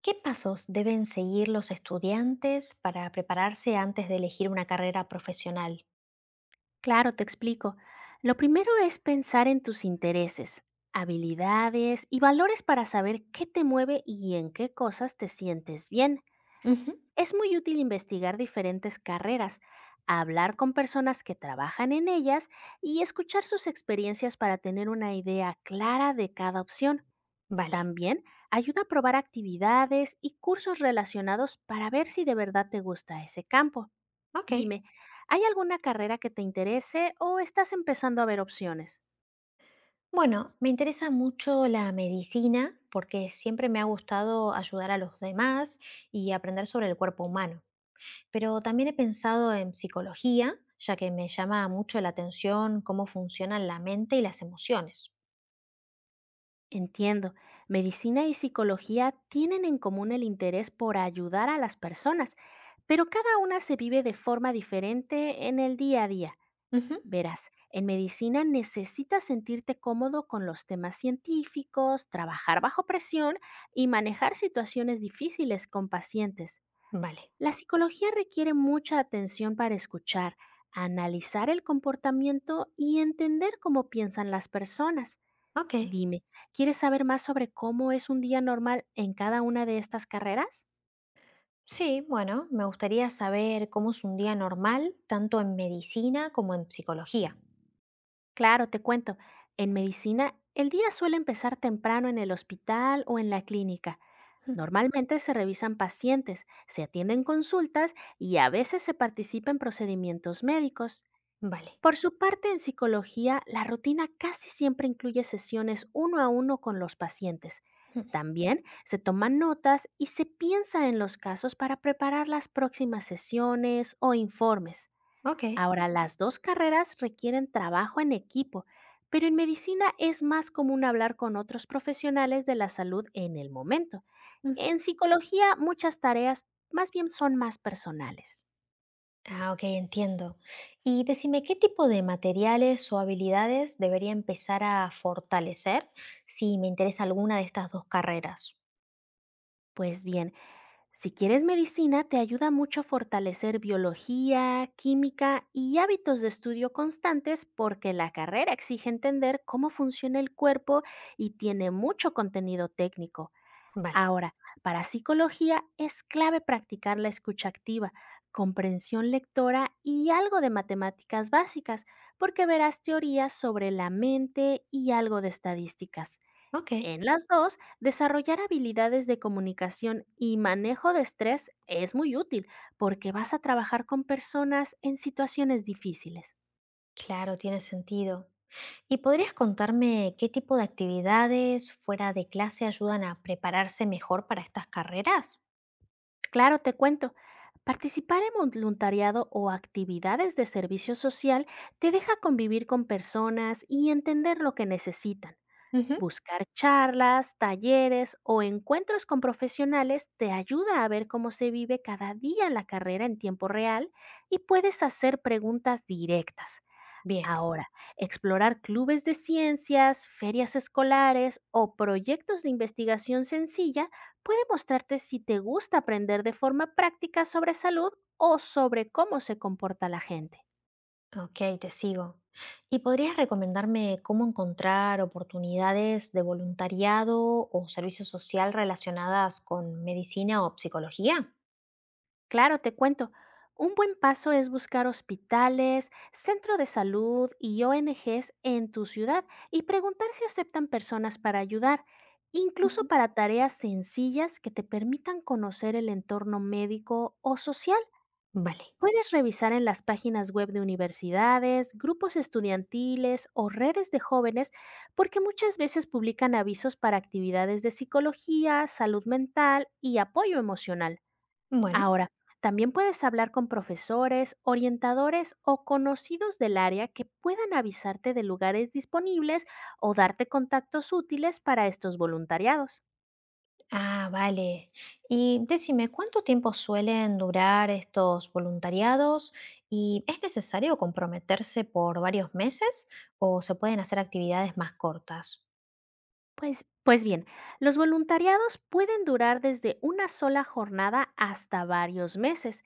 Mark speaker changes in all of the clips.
Speaker 1: ¿Qué pasos deben seguir los estudiantes para prepararse antes de elegir una carrera profesional?
Speaker 2: Claro, te explico. Lo primero es pensar en tus intereses, habilidades y valores para saber qué te mueve y en qué cosas te sientes bien.
Speaker 1: Ujú.
Speaker 2: Es muy útil investigar diferentes carreras, hablar con personas que trabajan en ellas y escuchar sus experiencias para tener una idea clara de cada opción.
Speaker 1: Vale.
Speaker 2: También ayuda a probar actividades y cursos relacionados para ver si de verdad te gusta ese campo.
Speaker 1: Ok.
Speaker 2: Dime, ¿hay alguna carrera que te interese o estás empezando a ver opciones?
Speaker 1: Bueno, me interesa mucho la medicina porque siempre me ha gustado ayudar a los demás y aprender sobre el cuerpo humano. Pero también he pensado en psicología, ya que me llama mucho la atención cómo funcionan la mente y las emociones.
Speaker 2: Entiendo, medicina y psicología tienen en común el interés por ayudar a las personas, pero cada una se vive de forma diferente en el día a día.
Speaker 1: Ujú.
Speaker 2: Verás, en medicina necesitas sentirte cómodo con los temas científicos, trabajar bajo presión y manejar situaciones difíciles con pacientes.
Speaker 1: Vale.
Speaker 2: La psicología requiere mucha atención para escuchar, analizar el comportamiento y entender cómo piensan las personas.
Speaker 1: Ok.
Speaker 2: Dime, ¿quieres saber más sobre cómo es un día normal en cada una de estas carreras?
Speaker 1: Sí, bueno, me gustaría saber cómo es un día normal, tanto en medicina como en psicología.
Speaker 2: Claro, te cuento. En medicina, el día suele empezar temprano en el hospital o en la clínica.
Speaker 1: Mm.
Speaker 2: Normalmente se revisan pacientes, se atienden consultas y a veces se participa en procedimientos médicos.
Speaker 1: Vale.
Speaker 2: Por su parte, en psicología, la rutina casi siempre incluye sesiones uno a uno con los pacientes.
Speaker 1: Mm.
Speaker 2: También se toman notas y se piensa en los casos para preparar las próximas sesiones o informes.
Speaker 1: Ok.
Speaker 2: Ahora, las dos carreras requieren trabajo en equipo, pero en medicina es más común hablar con otros profesionales de la salud en el momento.
Speaker 1: Ujú.
Speaker 2: En psicología, muchas tareas más bien son más personales.
Speaker 1: Ah, ok, entiendo. Y decime, ¿qué tipo de materiales o habilidades debería empezar a fortalecer si me interesa alguna de estas dos carreras?
Speaker 2: Pues bien, si quieres medicina, te ayuda mucho fortalecer biología, química y hábitos de estudio constantes porque la carrera exige entender cómo funciona el cuerpo y tiene mucho contenido técnico.
Speaker 1: Vale.
Speaker 2: Ahora, para psicología es clave practicar la escucha activa, comprensión lectora y algo de matemáticas básicas, porque verás teorías sobre la mente y algo de estadísticas.
Speaker 1: Ok.
Speaker 2: En las dos, desarrollar habilidades de comunicación y manejo de estrés es muy útil porque vas a trabajar con personas en situaciones difíciles.
Speaker 1: Claro, tiene sentido. ¿Y podrías contarme qué tipo de actividades fuera de clase ayudan a prepararse mejor para estas carreras?
Speaker 2: Claro, te cuento, participar en voluntariado o actividades de servicio social te deja convivir con personas y entender lo que necesitan.
Speaker 1: Ujú.
Speaker 2: Buscar charlas, talleres o encuentros con profesionales te ayuda a ver cómo se vive cada día la carrera en tiempo real y puedes hacer preguntas directas.
Speaker 1: Bien.
Speaker 2: Ahora, explorar clubes de ciencias, ferias escolares o proyectos de investigación sencilla puede mostrarte si te gusta aprender de forma práctica sobre salud o sobre cómo se comporta la gente.
Speaker 1: Ok, te sigo. ¿Y podrías recomendarme cómo encontrar oportunidades de voluntariado o servicio social relacionadas con medicina o psicología?
Speaker 2: Claro, te cuento, un buen paso es buscar hospitales, centro de salud y ONGs en tu ciudad y preguntar si aceptan personas para ayudar, incluso
Speaker 1: Ujú.
Speaker 2: para tareas sencillas que te permitan conocer el entorno médico o social.
Speaker 1: Vale.
Speaker 2: Puedes revisar en las páginas web de universidades, grupos estudiantiles o redes de jóvenes porque muchas veces publican avisos para actividades de psicología, salud mental y apoyo emocional.
Speaker 1: Bueno.
Speaker 2: Ahora, también puedes hablar con profesores, orientadores o conocidos del área que puedan avisarte de lugares disponibles o darte contactos útiles para estos voluntariados.
Speaker 1: Ah, vale. Y decime, ¿cuánto tiempo suelen durar estos voluntariados? ¿Y es necesario comprometerse por varios meses o se pueden hacer actividades más cortas?
Speaker 2: Pues bien, los voluntariados pueden durar desde una sola jornada hasta varios meses.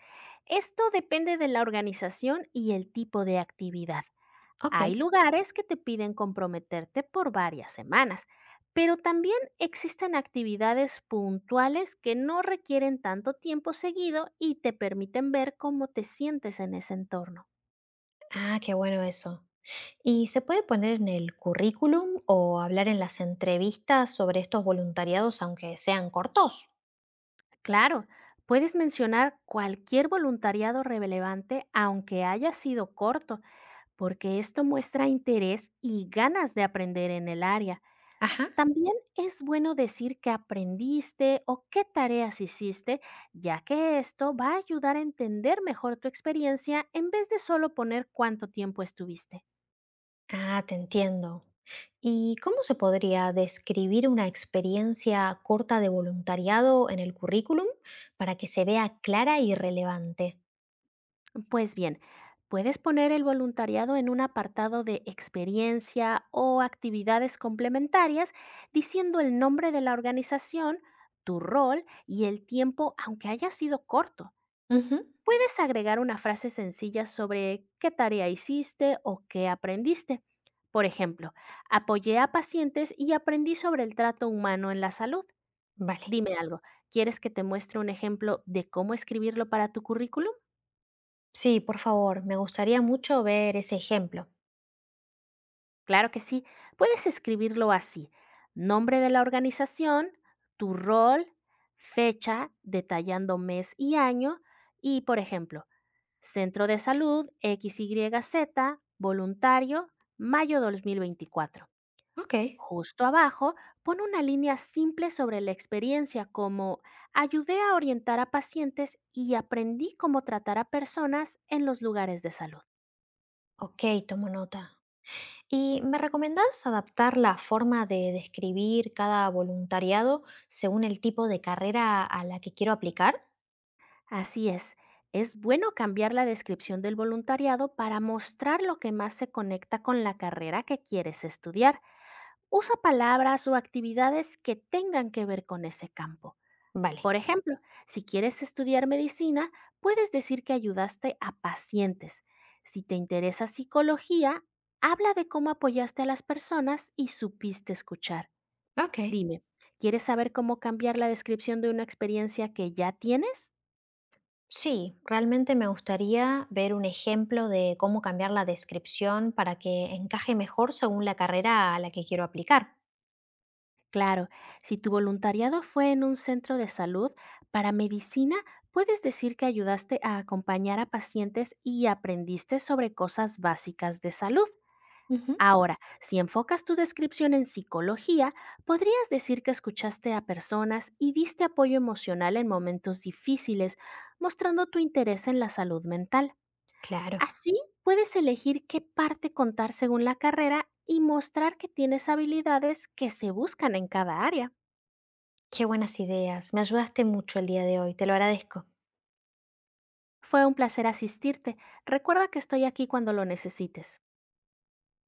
Speaker 2: Esto depende de la organización y el tipo de actividad.
Speaker 1: Ok.
Speaker 2: Hay lugares que te piden comprometerte por varias semanas, pero también existen actividades puntuales que no requieren tanto tiempo seguido y te permiten ver cómo te sientes en ese entorno.
Speaker 1: Ah, qué bueno eso. ¿Y se puede poner en el currículum o hablar en las entrevistas sobre estos voluntariados aunque sean cortos?
Speaker 2: Claro, puedes mencionar cualquier voluntariado relevante aunque haya sido corto porque esto muestra interés y ganas de aprender en el área.
Speaker 1: Ajá.
Speaker 2: También es bueno decir qué aprendiste o qué tareas hiciste, ya que esto va a ayudar a entender mejor tu experiencia en vez de solo poner cuánto tiempo estuviste.
Speaker 1: Ah, te entiendo. ¿Y cómo se podría describir una experiencia corta de voluntariado en el currículum para que se vea clara y relevante?
Speaker 2: Pues bien, puedes poner el voluntariado en un apartado de experiencia o actividades complementarias diciendo el nombre de la organización, tu rol y el tiempo, aunque haya sido corto.
Speaker 1: Ujú.
Speaker 2: Puedes agregar una frase sencilla sobre qué tarea hiciste o qué aprendiste. Por ejemplo, apoyé a pacientes y aprendí sobre el trato humano en la salud.
Speaker 1: Vale.
Speaker 2: Dime algo, ¿quieres que te muestre un ejemplo de cómo escribirlo para tu currículum?
Speaker 1: Sí, por favor, me gustaría mucho ver ese ejemplo.
Speaker 2: Claro que sí, puedes escribirlo así. Nombre de la organización, tu rol, fecha, detallando mes y año y, por ejemplo, Centro de Salud XYZ, voluntario, mayo de 2024.
Speaker 1: Ok.
Speaker 2: Justo abajo, pon una línea simple sobre la experiencia como ayudé a orientar a pacientes y aprendí cómo tratar a personas en los lugares de salud.
Speaker 1: Ok, tomo nota. ¿Y me recomendás adaptar la forma de describir cada voluntariado según el tipo de carrera a la que quiero aplicar?
Speaker 2: Así es bueno cambiar la descripción del voluntariado para mostrar lo que más se conecta con la carrera que quieres estudiar. Usa palabras o actividades que tengan que ver con ese campo.
Speaker 1: Vale.
Speaker 2: Por ejemplo, si quieres estudiar medicina, puedes decir que ayudaste a pacientes. Si te interesa psicología, habla de cómo apoyaste a las personas y supiste escuchar.
Speaker 1: Ok.
Speaker 2: Dime, ¿quieres saber cómo cambiar la descripción de una experiencia que ya tienes?
Speaker 1: Sí, realmente me gustaría ver un ejemplo de cómo cambiar la descripción para que encaje mejor según la carrera a la que quiero aplicar.
Speaker 2: Claro, si tu voluntariado fue en un centro de salud, para medicina puedes decir que ayudaste a acompañar a pacientes y aprendiste sobre cosas básicas de salud.
Speaker 1: Ujú.
Speaker 2: Ahora, si enfocas tu descripción en psicología, podrías decir que escuchaste a personas y diste apoyo emocional en momentos difíciles, mostrando tu interés en la salud mental.
Speaker 1: Claro,
Speaker 2: Así, puedes elegir qué parte contar según la carrera y mostrar que tienes habilidades que se buscan en cada área.
Speaker 1: qué buenas ideas. Me ayudaste mucho el día de hoy, te lo agradezco.
Speaker 2: Fue un placer asistirte. Recuerda que estoy aquí cuando lo necesites.